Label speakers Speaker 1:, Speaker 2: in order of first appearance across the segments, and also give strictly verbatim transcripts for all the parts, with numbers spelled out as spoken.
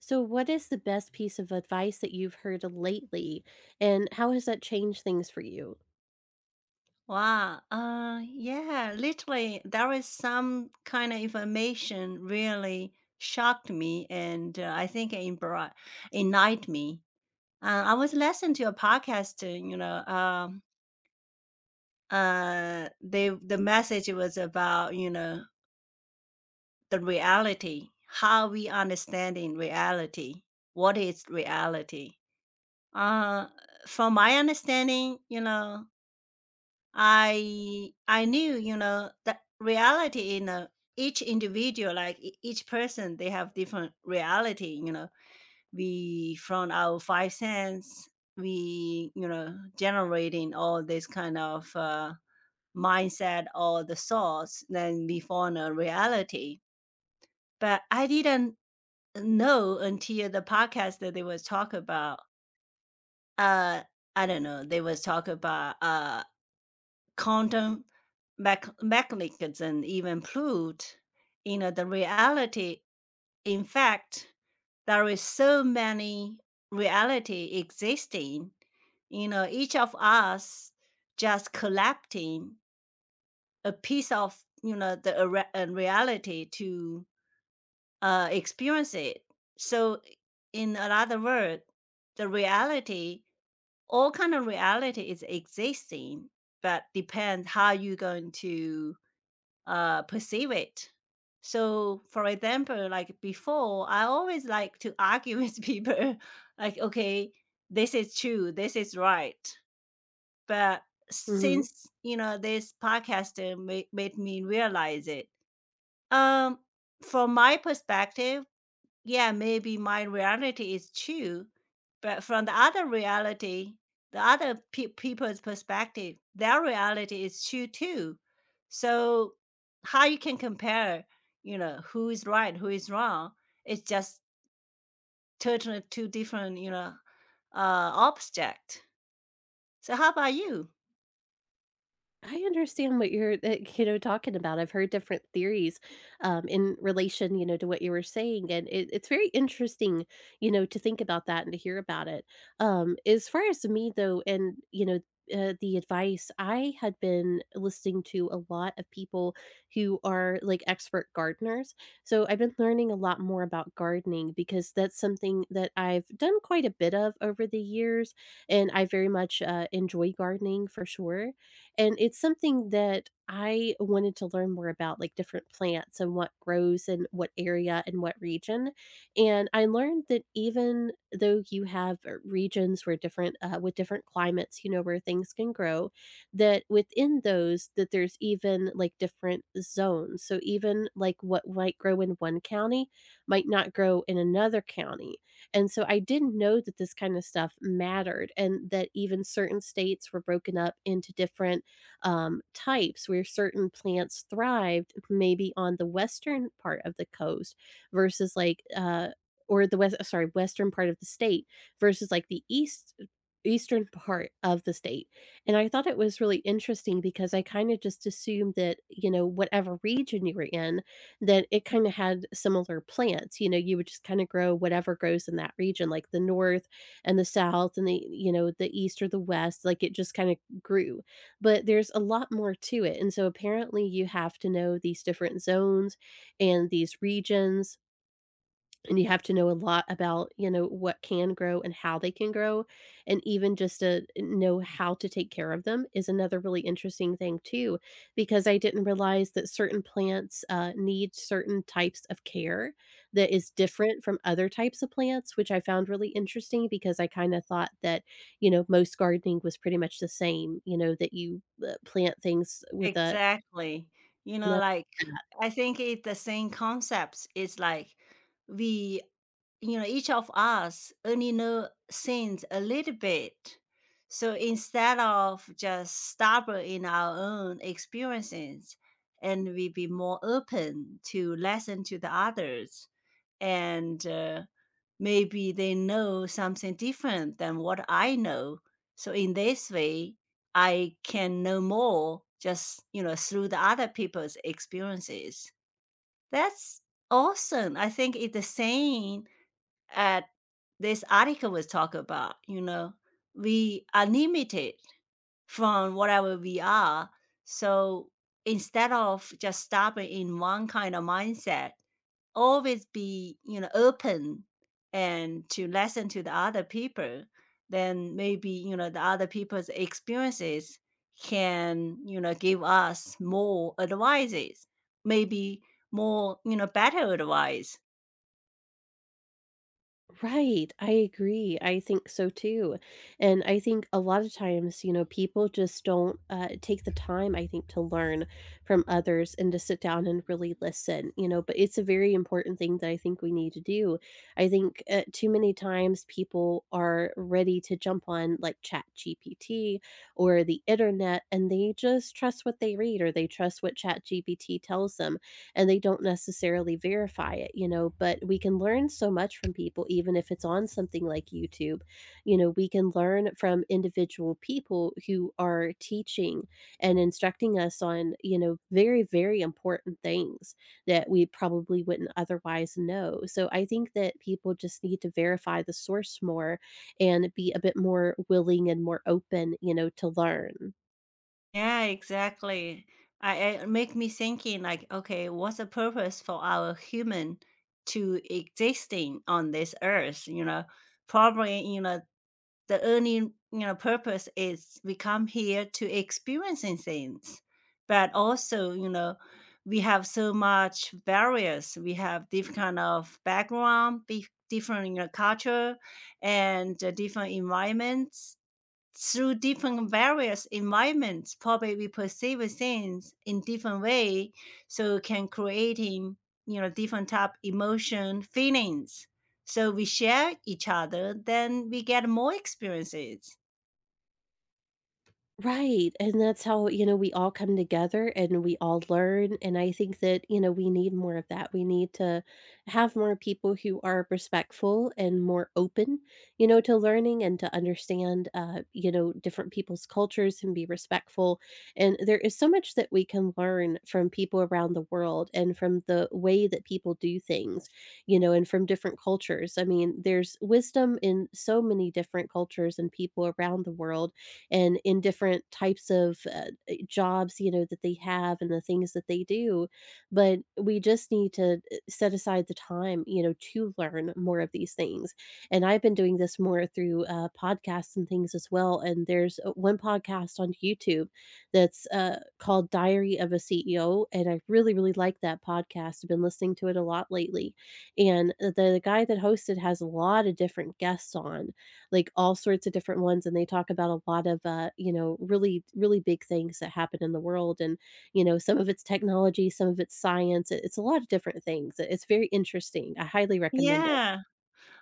Speaker 1: So, what is the best piece of advice that you've heard lately, and how has that changed things for you?
Speaker 2: Wow. Uh, yeah, literally, there is some kind of information really shocked me and uh, I think it embri- enlightened me. Uh, I was listening to a podcast, uh, you know, um, uh, they, the message was about, you know, the reality, how we understand in reality, what is reality. Uh, from my understanding, you know, I I knew, you know, the reality in a, each individual, like e- each person, they have different reality. You know, we from our five cents, we you know generating all this kind of uh, mindset or the thoughts, then we form a reality. But I didn't know until the podcast that they was talk about. Uh, I don't know. They was talk about uh quantum mech mechanism even proved, you know, the reality. In fact, there is so many reality existing. You know, each of us just collecting a piece of you know the a re- a reality to uh, experience it. So, in another word, the reality, all kind of reality, is existing, but depends how you going to uh, perceive it. So, for example, like before, I always like to argue with people, like, okay, this is true, this is right. But
Speaker 1: Mhm.
Speaker 2: since you know this podcast uh, ma- made me realize it, um, from my perspective, yeah, maybe my reality is true, but from the other reality, the other pe- people's perspective, their reality is true too. So how you can compare, you know, who is right, who is wrong? It's just totally two different, you know, uh, object. So how about you?
Speaker 1: I understand what you're, uh, you know, talking about. I've heard different theories um, in relation, you know, to what you were saying, and it, it's very interesting, you know, to think about that and to hear about it. Um, as far as me though, and you know, uh, the advice, I had been listening to a lot of people who are like expert gardeners. So I've been learning a lot more about gardening because that's something that I've done quite a bit of over the years, and I very much uh, enjoy gardening for sure, and it's something that I wanted to learn more about, like different plants and what grows in what area and what region. And I learned that even though you have uh, regions where different, uh, with different climates, you know, where things can grow, that within those, that there's even like different zones. So even like what might grow in one county might not grow in another county. And so I didn't know that this kind of stuff mattered and that even certain states were broken up into different um, types, where certain plants thrived maybe on the western part of the coast versus like uh, or the west sorry western part of the state versus like the east eastern part of the state. And I thought it was really interesting because I kind of just assumed that, you know, whatever region you were in, that it kind of had similar plants. You know, you would just kind of grow whatever grows in that region, like the north and the south and the, you know, the east or the west, like it just kind of grew. But there's a lot more to it, and so apparently you have to know these different zones and these regions, and you have to know a lot about, you know, what can grow and how they can grow. And even just to know how to take care of them is another really interesting thing too, because I didn't realize that certain plants, uh, need certain types of care that is different from other types of plants, which I found really interesting because I kinda thought that, you know, most gardening was pretty much the same. You know, that you, uh, plant things with a,
Speaker 2: Exactly. You
Speaker 1: you
Speaker 2: know,
Speaker 1: know.
Speaker 2: like, I think it's the same concepts. It's like we you know, each of us only know things a little bit. So instead of just stubborn in our own experiences, and we be more open to listen to the others and uh maybe they know something different than what I know. So in this way, I can know more just, you know, through the other people's experiences. That's awesome. I think it's the same at this article was talk about, you know, we are limited from whatever we are. So instead of just stopping in one kind of mindset, always be, you know, open and to listen to the other people, then maybe, you know, the other people's experiences can, you know, give us more advices, maybe more, you know, better advice.
Speaker 1: Right, I agree, I think so too, and I think a lot of times, you know, people just don't, uh, take the time, I think, to learn from others and to sit down and really listen, you know, but it's a very important thing that I think we need to do. I think, uh, too many times people are ready to jump on, like, ChatGPT or the internet, and they just trust what they read or they trust what ChatGPT tells them, and they don't necessarily verify it, you know, but we can learn so much from people, even if it's on something like YouTube. You know, we can learn from individual people who are teaching and instructing us on, you know, very, very important things that we probably wouldn't otherwise know. So I think that people just need to verify the source more and be a bit more willing and more open, you know, to learn.
Speaker 2: Yeah, exactly. I, I make me thinking like, okay, what's the purpose for our human to existing on this earth? You know, probably, you know, the only you know purpose is we come here to experiencing things but also you know we have so much barriers we have different kind of background be- different you know, culture and uh, different environments through different various environments, probably we perceive things in different way, so can creating you know different type emotion feelings. So we share each other, then we get more experiences.
Speaker 1: Right, and that's how, you know, we all come together and we all learn, and I think that, you know, we need more of that. We need to have more people who are respectful and more open, you know, to learning and to understand, uh, you know, different people's cultures, and be respectful. And there is so much that we can learn from people around the world and from the way that people do things, you know, and from different cultures. I mean, there's wisdom in so many different cultures and people around the world and in different types of uh, uh, jobs, you know, that they have and the things that they do. But we just need to uh, set aside the time, you know, to learn more of these things. And I've been doing this more through uh, podcasts and things as well. And there's uh, one podcast on YouTube that's uh, called Diary of a C E O. And I really, really like that podcast. I've been listening to it a lot lately. And uh, the, the guy that hosts it has a lot of different guests on, like all sorts of different ones, and they talk about a lot of uh, you know, really, really big things that happen in the world. And you know, some of it's technology, some of it's science. It- it's a lot of different things. It- it's very interesting, I highly recommend it.
Speaker 2: Yeah.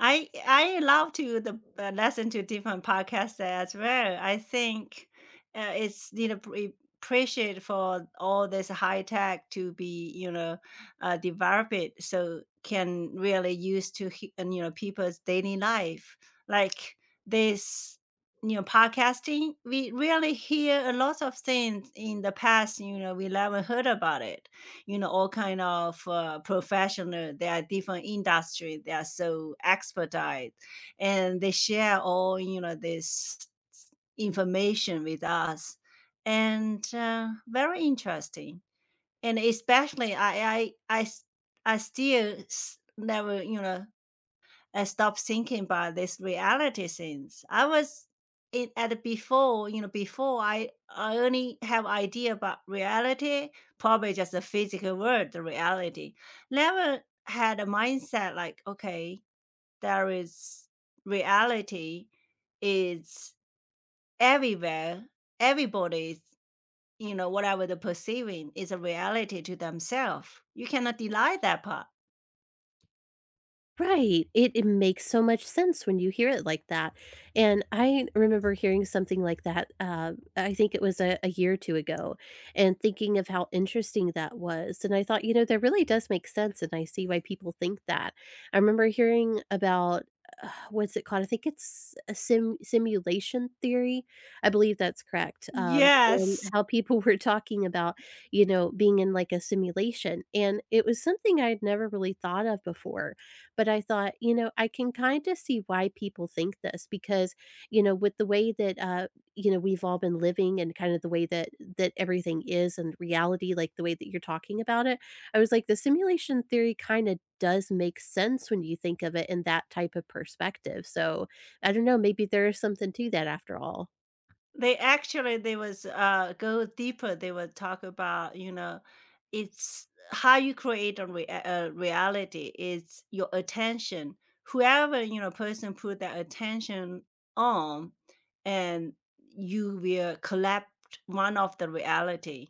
Speaker 2: I I love to the uh, listen to different podcasts as well. I think uh, it's you know pre- appreciate for all this high tech to be you know uh, developed so can really use to he- and, you know people's daily life like this you know podcasting we really hear a lot of things in the past you know we never heard about it you know all kind of uh, professional there are different industry they are so expedite and they share all you know this information with us and uh, very interesting and especially i i i, s- I still s- never you know I stopped thinking about these reality things. I was in at before, you know, before I I only have idea about reality, probably just the physical world, the reality. Never had a mindset like, okay, there is reality is everywhere. Everybody's, you know, whatever they're perceiving is a reality to themselves. You cannot deny that part.
Speaker 1: Right, it it makes so much sense when you hear it like that, and I remember hearing something like that, uh, I think it was a a year or two ago, and thinking of how interesting that was, and I thought, you know, that really does make sense, and I see why people think that. I remember hearing about, uh, what's it called? I think it's a sim simulation theory? I believe that's correct, um, and
Speaker 2: Yes.
Speaker 1: how people were talking about, you know, being in, like, a simulation, and it was something I had never really thought of before. But I thought, you know, I can kind of see why people think this, because, you know, with the way that, uh, you know, we've all been living, and kind of the way that that everything is and reality, like the way that you're talking about it, I was like, the simulation theory kind of does make sense when you think of it in that type of perspective. So I don't know, maybe there is something to that after all.
Speaker 2: They actually they was, uh, go deeper, they will talk about, you know, it's how you create a rea a reality, it's your attention. Whoever, you know, person put their attention on, and you will collect one of the reality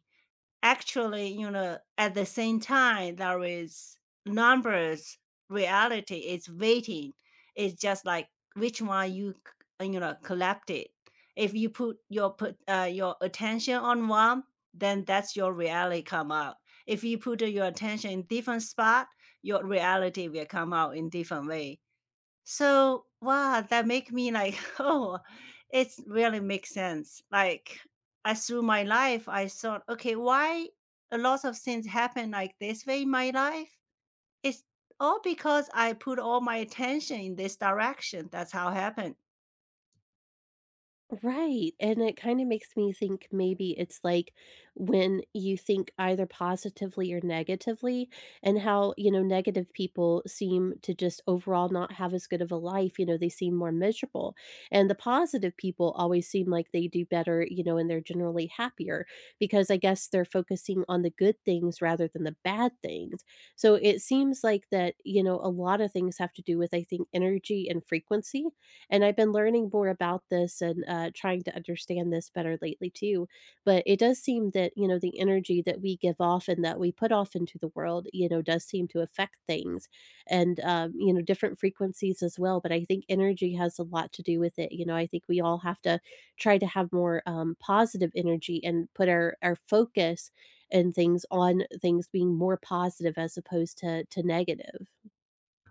Speaker 2: actually, you know, at the same time, there is numbers reality is waiting. It's just like which one you c- uh, you know collected. If you put your put uh, your attention on one, then that's your reality come out. If you put your attention in different spot, your reality will come out in different way so, wow, that make me like, oh, it really makes sense. Like, I through my life, I thought, okay, why a lot of things happen like this way in my life? It's all because I put all my attention in this direction. That's how it happened.
Speaker 1: Right, and it kinda makes me think maybe it's like when you think either positively or negatively, and how, you know, negative people seem to just overall not have as good of a life. You know, they seem more miserable, and the positive people always seem like they do better, you know, and they're generally happier, because I guess they're focusing on the good things rather than the bad things. So it seems like that, you know, a lot of things have to do with, I think, energy and frequency. And I've been learning more about this and uh, trying to understand this better lately too. But it does seem that, you know, the energy that we give off and that we put off into the world, you know, does seem to affect things, and, um, you know, different frequencies as well. But I think energy has a lot to do with it. You know, I think we all have to try to have more um, positive energy and put our, our focus and things on things being more positive as opposed to to negative.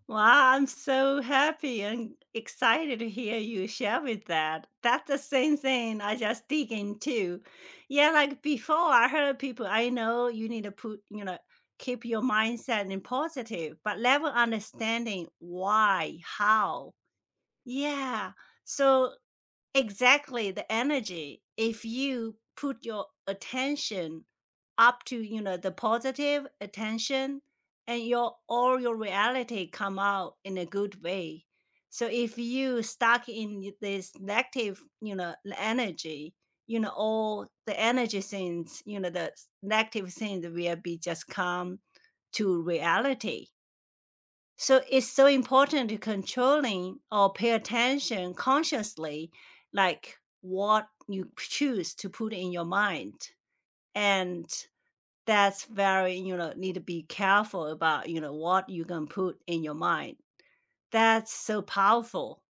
Speaker 2: Well, I'm so happy and excited to hear you share with that. That's the same thing I just dig into. Yeah, like before I heard people, I know you need to put, you know, keep your mindset in positive, but never understanding why, how. Yeah. So exactly, the energy. If you put your attention up to, you know, the positive attention and your all your reality come out in a good way. So if you stuck in this negative, you know, energy, you know, all the energy things, you know, the negative things will be just come to reality. So it's so important to controlling or pay attention consciously, like what you choose to put in your mind. And that's very, you know, need to be careful about, you know, what you can put in your mind. That's so powerful.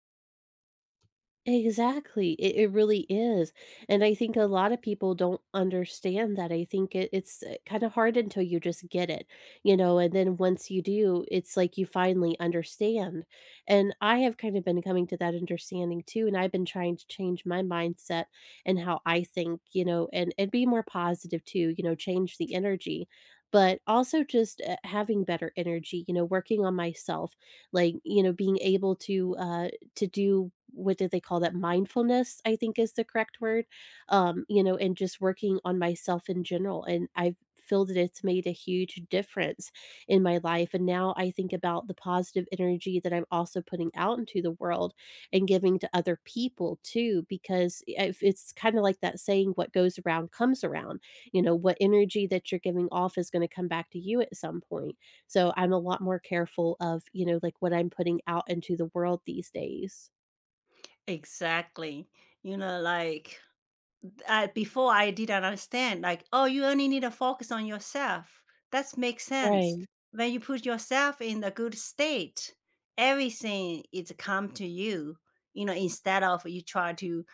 Speaker 1: Exactly. It it really is, and I think a lot of people don't understand that. I think it it's, uh, kinda hard until you just get it, you know, and then once you do, it's like you finally understand. And I have kind of been coming to that understanding too, and I've been trying to change my mindset and how I think, you know, and and be more positive too. You know, change the energy, but also just, uh, having better energy, you know, working on myself, like, you know, being able to, uh to do, what do they call that, mindfulness, I think is the correct word. Um you know, and just working on myself in general, and I feel that it's made a huge difference in my life. And now I think about the positive energy that I'm also putting out into the world and giving to other people too, because if it's kind of like that saying, what goes around comes around. You know, what energy that you're giving off is going to come back to you at some point. So I'm a lot more careful of, you know, like what I'm putting out into the world these days.
Speaker 2: Exactly. You know, like Uh, before I didn't understand, like, "Oh, you only need to focus on yourself." That makes sense.
Speaker 1: Right.
Speaker 2: When you put yourself in a good state, everything is come to you, you know, instead of you try to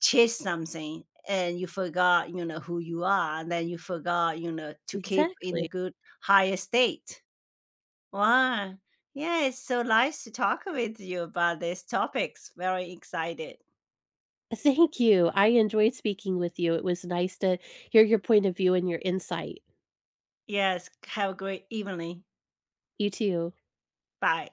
Speaker 2: chase something and you forgot, you know, who you are, and then you forgot, you know, to keep in
Speaker 1: Exactly.
Speaker 2: a good higher state. Wow. Yeah, it's so nice to talk with you about these topics. Very excited.
Speaker 1: Thank you. I enjoyed speaking with you. It was nice to hear your point of view and your insight.
Speaker 2: Yes, have a great evening.
Speaker 1: You too.
Speaker 2: Bye.